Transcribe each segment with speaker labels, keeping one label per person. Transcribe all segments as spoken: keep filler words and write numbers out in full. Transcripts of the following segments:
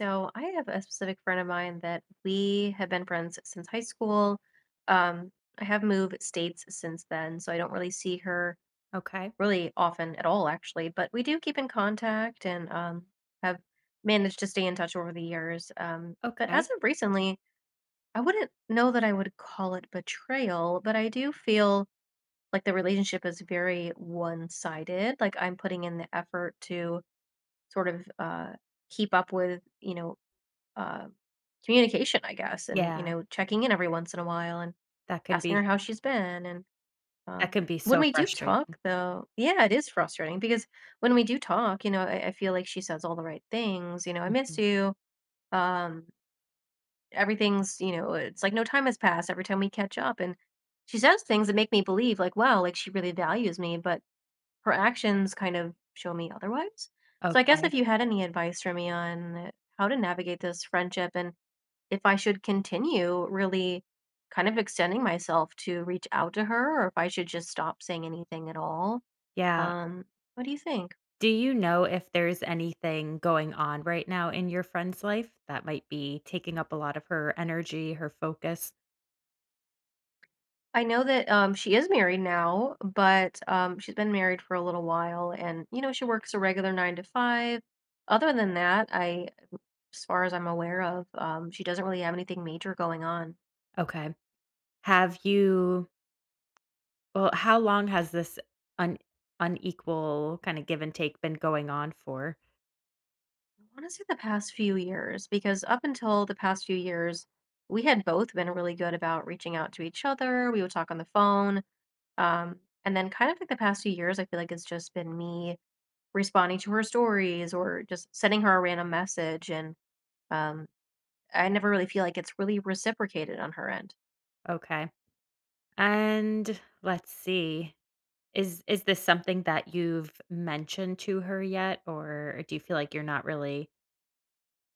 Speaker 1: So I have a specific friend of mine that we have been friends since high school. Um, I have moved states since then, so I don't really see her
Speaker 2: Okay,
Speaker 1: really often at all, actually. But we do keep in contact, and um, have managed to stay in touch over the years. Um, but as
Speaker 2: okay.
Speaker 1: of recently, I wouldn't know that I would call it betrayal, but I do feel like the relationship is very one-sided. Like, I'm putting in the effort to sort of uh, keep up with, you know, uh, communication, I guess, and you
Speaker 2: Yeah,
Speaker 1: know, checking in every once in a while and
Speaker 2: that can
Speaker 1: asking her
Speaker 2: be
Speaker 1: how she's been. And
Speaker 2: that
Speaker 1: um,
Speaker 2: can be
Speaker 1: when
Speaker 2: so
Speaker 1: we do
Speaker 2: frustrating.
Speaker 1: talk, though, yeah, it is frustrating because when we do talk, you know, I, I feel like she says all the right things. You know, I miss
Speaker 2: Mhm.
Speaker 1: you. Um, Everything's, you know, it's like no time has passed every time we catch up, and she says things that make me believe, like, wow, like she really values me, but her actions kind of show me otherwise. So I guess
Speaker 2: Okay,
Speaker 1: if you had any advice for me on how to navigate this friendship, and if I should continue really kind of extending myself to reach out to her, or if I should just stop saying anything at all.
Speaker 2: yeah.
Speaker 1: Um, what do you think?
Speaker 2: Do you know if there's anything going on right now in your friend's life that might be taking up a lot of her energy, her focus?
Speaker 1: I know that um, she is married now, but um, she's been married for a little while and, you know, she works a regular nine to five. Other than that, I, as far as I'm aware of, um, she doesn't really have anything major going on.
Speaker 2: Okay. Have you well, how long has this un unequal kinda give and take been going on for?
Speaker 1: I want to say the past few years, because up until the past few years, we had both been really good about reaching out to each other. We would talk on the phone. Um, and then kind of like the past few years, I feel like it's just been me responding to her stories or just sending her a random message. And um, I never really feel like it's really reciprocated on her end.
Speaker 2: Okay, and let's see. Is is this something that you've mentioned to her yet, or do you feel like you're not really,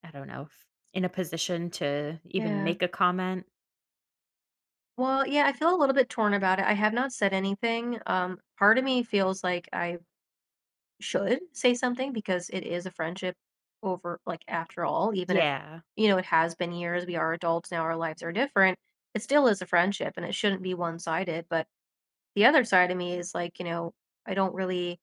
Speaker 2: I don't know, f- in a position to even
Speaker 1: Yeah.
Speaker 2: make a comment?
Speaker 1: Well, yeah, I feel a little bit torn about it. I have not said anything. Um, part of me feels like I should say something because it is a friendship, over like after all, even if,
Speaker 2: Yeah.
Speaker 1: you know, it has been years, we are adults now, our lives are different, it still is a friendship and it shouldn't be one-sided. But the other side of me is like, you know, I don't really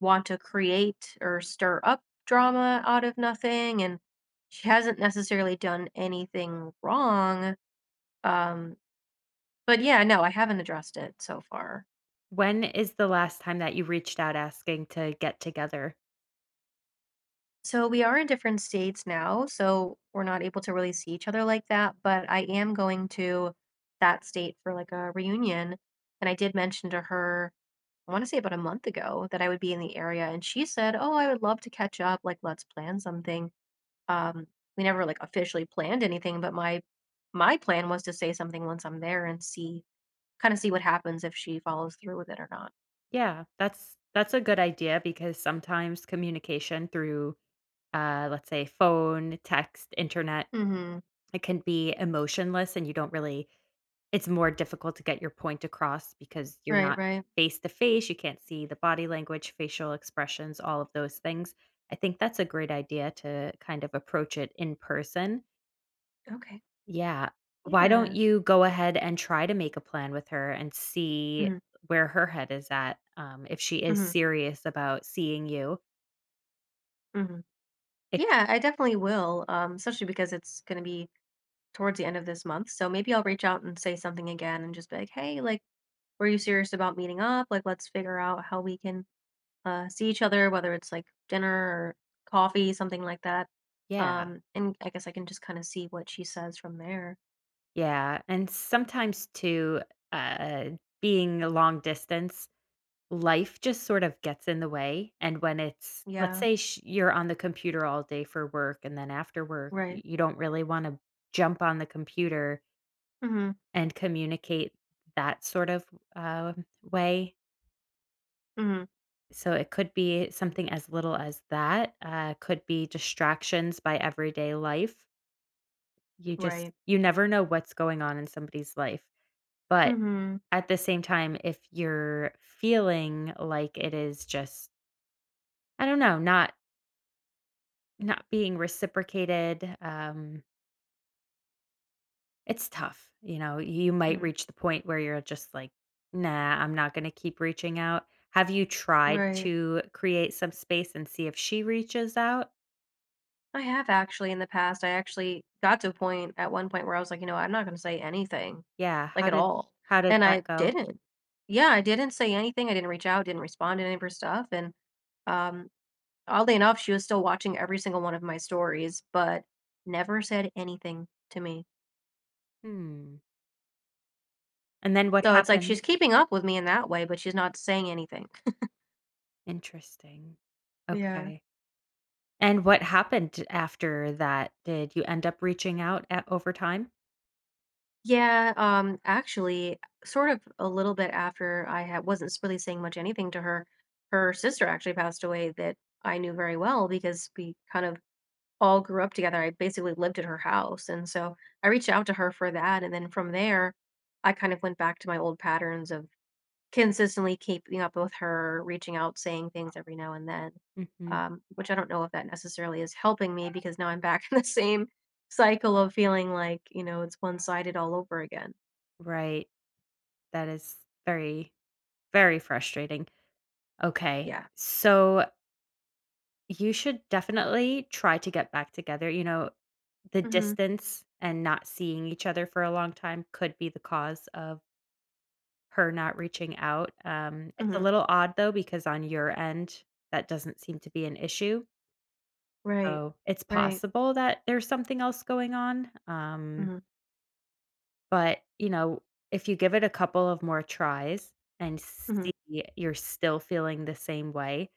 Speaker 1: want to create or stir up drama out of nothing, and she hasn't necessarily done anything wrong. um but yeah, no, I haven't addressed it so far.
Speaker 2: When is the last time that you reached out asking to get together?
Speaker 1: So we are in different states now, so we're not able to really see each other like that, but I am going to that state for like a reunion. And I did mention to her, I want to say about a month ago, that I would be in the area. And she said, "Oh, I would love to catch up. Like, let's plan something." Um, we never like officially planned anything, but my my plan was to say something once I'm there, and see kind of see what happens if she follows through with it or not.
Speaker 2: Yeah, that's that's a good idea because sometimes communication through uh let's say phone, text, internet,
Speaker 1: Hmm.
Speaker 2: it can be emotionless and you don't really it's more difficult to get your point across because you're
Speaker 1: Right,
Speaker 2: not
Speaker 1: right.
Speaker 2: face to face, you can't see the body language, facial expressions, all of those things. I think that's a great idea to kind of approach it in person.
Speaker 1: Okay.
Speaker 2: Yeah. Why don't
Speaker 1: Yeah.
Speaker 2: you go ahead and try to make a plan with her and see
Speaker 1: Mm-hmm.
Speaker 2: where her head is at, um, if she is
Speaker 1: Mm-hmm.
Speaker 2: serious about seeing you.
Speaker 1: Mm-hmm.
Speaker 2: It
Speaker 1: Yeah, I definitely will, um, especially because it's going to be towards the end of this month. So maybe I'll reach out and say something again, and just be like, hey, like, were you serious about meeting up? Like, let's figure out how we can, uh, see each other, whether it's like dinner or coffee, something like that.
Speaker 2: yeah.
Speaker 1: Um, and I guess I can just kind of see what she says from there.
Speaker 2: Yeah, and sometimes too, uh, being a long distance, life just sort of gets in the way, and when it's let's
Speaker 1: Yeah,
Speaker 2: say sh you're on the computer all day for work, and then after work, y
Speaker 1: right.
Speaker 2: you don't really wanna jump on the computer
Speaker 1: Mm-hmm.
Speaker 2: and communicate that sort of, um, way.
Speaker 1: Mm-hmm.
Speaker 2: So it could be something as little as that, uh, could be distractions by everyday life. You just
Speaker 1: Right.
Speaker 2: you never know what's going on in somebody's life, but
Speaker 1: Mm-hmm.
Speaker 2: at the same time, if you're feeling like it is just, I don't know, not not being reciprocated, um, it's tough, you know, you might
Speaker 1: Mm-hmm.
Speaker 2: reach the point where you're just like, "Nah, I'm not gonna keep reaching out." Have you tried
Speaker 1: Right.
Speaker 2: to create some space and see if she reaches out?
Speaker 1: I have actually in the past. I actually got to a point at one point where I was like, you know, I'm not going to say anything,
Speaker 2: Yeah,
Speaker 1: like
Speaker 2: how
Speaker 1: at
Speaker 2: did
Speaker 1: all.
Speaker 2: how did
Speaker 1: And I
Speaker 2: that go?
Speaker 1: didn't. Yeah, I didn't say anything. I didn't reach out, didn't respond to any of her stuff. And um, oddly enough, she was still watching every single one of my stories, but never said anything to me.
Speaker 2: Hmm, and then what
Speaker 1: So it's like she's
Speaker 2: happened?
Speaker 1: keeping up with me in that way, but she's not saying anything.
Speaker 2: Interesting.
Speaker 1: Yeah.
Speaker 2: Okay, and what happened after that? Did you end up reaching out at over time?
Speaker 1: Yeah, um, actually, sort of a little bit after I had wasn't really saying much anything to her, her sister actually passed away, that I knew very well because we kind of all grew up together. I basically lived at her house, and so I reached out to her for that, and then from there, I kind of went back to my old patterns of consistently keeping up with her, reaching out, saying things every now and then,
Speaker 2: Mhm,
Speaker 1: um, which I don't know if that necessarily is helping me, because now I'm back in the same cycle of feeling like, you know, it's one sided all over again.
Speaker 2: right, that is very, very frustrating. Okay.
Speaker 1: Yeah.
Speaker 2: So you should definitely try to get back together. You know, the
Speaker 1: Mhm.
Speaker 2: distance and not seeing each other for a long time could be the cause of her not reaching out. Um, it's a
Speaker 1: Mhm.
Speaker 2: little odd though, because on your end, that doesn't seem to be an issue.
Speaker 1: Right.
Speaker 2: So it's
Speaker 1: Right.
Speaker 2: possible that there's something else going on. Um,
Speaker 1: Mhm.
Speaker 2: but, you know, if you give it a couple of more tries and
Speaker 1: Mhm.
Speaker 2: see you're still feeling the same way,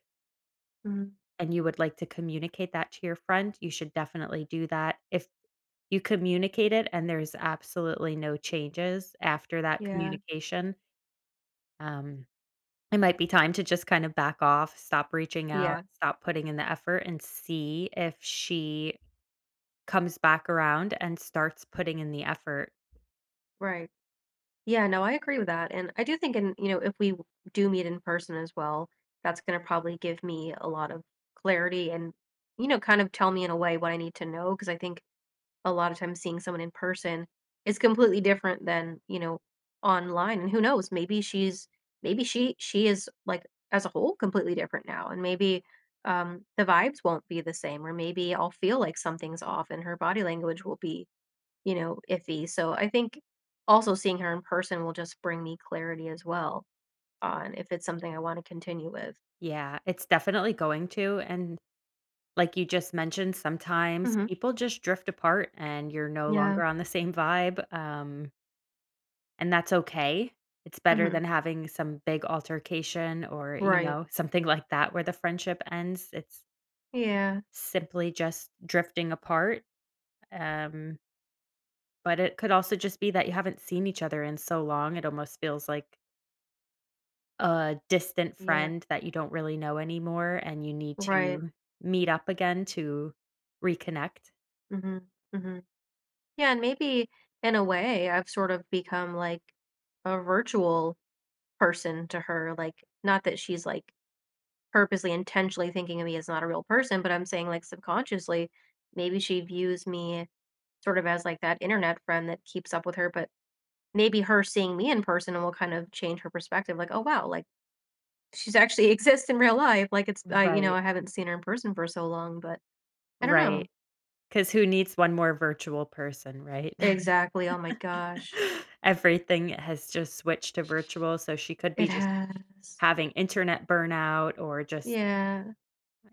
Speaker 1: Mhm.
Speaker 2: and you would like to communicate that to your friend, you should definitely do that. If you communicate it and there's absolutely no changes after that
Speaker 1: Yeah.
Speaker 2: communication, um, it might be time to just kind of back off, stop reaching out,
Speaker 1: Yeah.
Speaker 2: stop putting in the effort, and see if she comes back around and starts putting in the effort.
Speaker 1: Right. Yeah, no, I agree with that, and I do think, in you know, if we w do meet in person as well, that's gonna probably give me a lot of clarity and, you know, kind of tell me in a way what I need to know, because I think a lot of times seeing someone in person is completely different than, you know, online. And who knows, maybe she's maybe she she is like, as a whole, completely different now. And maybe um the vibes won't be the same, or maybe I'll feel like something's off and her body language will be, you know, iffy. So I think also seeing her in person will just bring me clarity as well on if it's something I want to continue with.
Speaker 2: Yeah, it's definitely going to. And like you just mentioned, sometimes
Speaker 1: Hmm.
Speaker 2: people just drift apart and you're no
Speaker 1: Yeah.
Speaker 2: longer on the same vibe. Um, And that's okay. It's better
Speaker 1: Hmm.
Speaker 2: than having some big altercation or, you
Speaker 1: Right.
Speaker 2: know, something like that where the friendship ends. It's
Speaker 1: Yeah.
Speaker 2: simply just drifting apart. Um, but it could also just be that you haven't seen each other in so long. It almost feels like a distant
Speaker 1: Yeah.
Speaker 2: friend that you don't really know anymore and you need
Speaker 1: Right.
Speaker 2: to meet up again to reconnect.
Speaker 1: Hmm. Hmm. Yeah, and maybe in a way, I've sort of become like a virtual person to her. Like, not that she's like purposely, intentionally thinking of me as not a real person, but I'm saying like subconsciously, maybe she views me sort of as like that internet friend that keeps up with her. But maybe her seeing me in person will kind of change her perspective. Like, oh, wow, like she's actually exists in real life. Like, it's, I, you know,
Speaker 2: Right.
Speaker 1: I haven't seen her in person for so long, but I don't know.
Speaker 2: Right. Because who needs one more virtual person, right?
Speaker 1: Exactly. Oh my gosh.
Speaker 2: Everything has just switched to virtual, so she could
Speaker 1: It
Speaker 2: be just
Speaker 1: has.
Speaker 2: having internet burnout or just
Speaker 1: Yeah.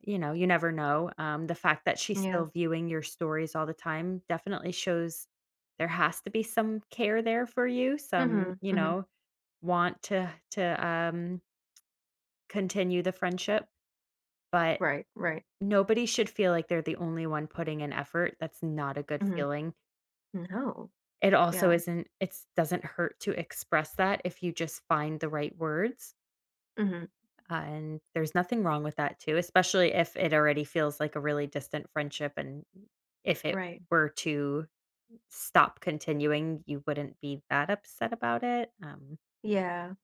Speaker 2: you know, you never know. Um, the fact that she's
Speaker 1: Yeah.
Speaker 2: still viewing your stories all the time definitely shows there has to be some care there for you, some,
Speaker 1: Mhm,
Speaker 2: you
Speaker 1: mhm.
Speaker 2: know, want to to, um, continue the friendship, but
Speaker 1: Right, right.
Speaker 2: nobody should feel like they're the only one putting in effort, that's not a good
Speaker 1: Mhm.
Speaker 2: feeling.
Speaker 1: No.
Speaker 2: It also
Speaker 1: Yeah.
Speaker 2: isn't It doesn't hurt to express that if you just find the right words.
Speaker 1: Mhm.
Speaker 2: Uh, And there's nothing wrong with that too, especially if it already feels like a really distant friendship and if it
Speaker 1: Right.
Speaker 2: were to stop continuing, you wouldn't be that upset about it. Um
Speaker 1: Yeah.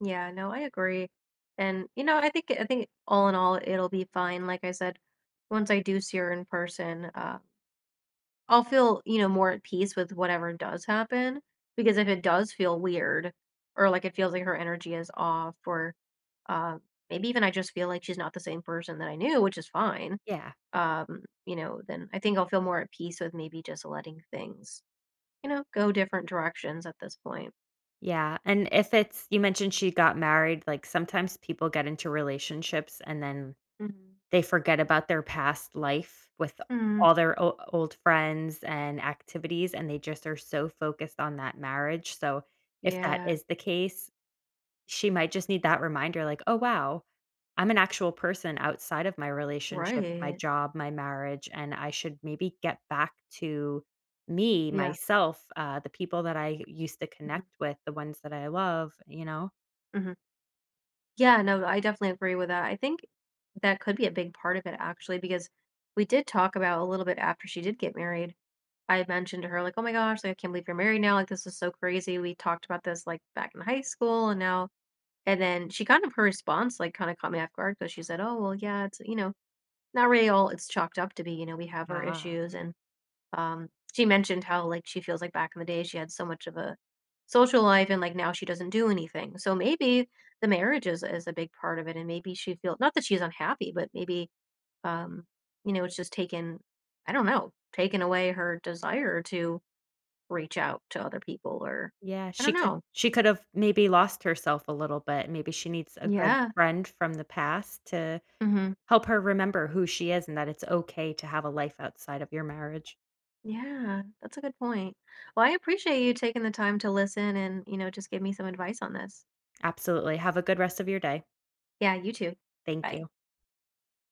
Speaker 1: Yeah, no, I agree. And, you know, I think I think all in all, it'll be fine. Like I said, once I do see her in person, uh, I'll feel, you know, more at peace with whatever does happen. Because if it does feel weird, or like it feels like her energy is off, or uh, maybe even I just feel like she's not the same person that I knew, which is fine.
Speaker 2: yeah.
Speaker 1: Um, you know, then I think I'll feel more at peace with maybe just letting things, you know, go different directions at this point.
Speaker 2: Yeah, and if it's you mentioned she got married, like sometimes people get into relationships and then
Speaker 1: Mhm.
Speaker 2: they forget about their past life with
Speaker 1: Mhm.
Speaker 2: all their o- old friends and activities and they just are so focused on that marriage. So if that
Speaker 1: Yeah,
Speaker 2: is the case, she might just need that reminder like, "Oh, wow, I'm an actual person outside of my relationship, my
Speaker 1: right.
Speaker 2: job, my marriage, and I should maybe get back to me,
Speaker 1: Yeah.
Speaker 2: myself, uh, the people that I used to
Speaker 1: Mhm,
Speaker 2: connect with, the ones that I love," you know?
Speaker 1: mhm. Yeah, no, I definitely agree with that. I think that could be a big part of it, actually, because we did talk about a little bit after she did get married. I had mentioned to her like, "Oh my gosh, like I can't believe you're married now. Like this is so crazy. We talked about this like back in high school and now," and then she kind of her response like kind of caught me off guard, because she said, "Oh, well, yeah, it's, you know, not really all it's chalked up to be. You know, we have our
Speaker 2: Ah,
Speaker 1: issues, and" Um, she mentioned how, like, she feels like back in the day she had so much of a social life, and like now she doesn't do anything. So maybe the marriage is is a big part of it, and maybe she feels not that she's unhappy, but maybe um, you know, it's just taken, I don't know, taken away her desire to reach out to other people, or
Speaker 2: yeah,
Speaker 1: I
Speaker 2: she
Speaker 1: don't
Speaker 2: could
Speaker 1: know.
Speaker 2: she could have maybe lost herself a little bit. Maybe she needs a good
Speaker 1: Yeah.
Speaker 2: friend from the past to
Speaker 1: Mhm.
Speaker 2: help her remember who she is and that it's okay to have a life outside of your marriage.
Speaker 1: Yeah, that's a good point. Well, I appreciate you taking the time to listen and, you know, just give me some advice on this.
Speaker 2: Absolutely. Have a good rest of your day.
Speaker 1: Yeah, you too.
Speaker 2: Thank
Speaker 1: Bye.
Speaker 2: you.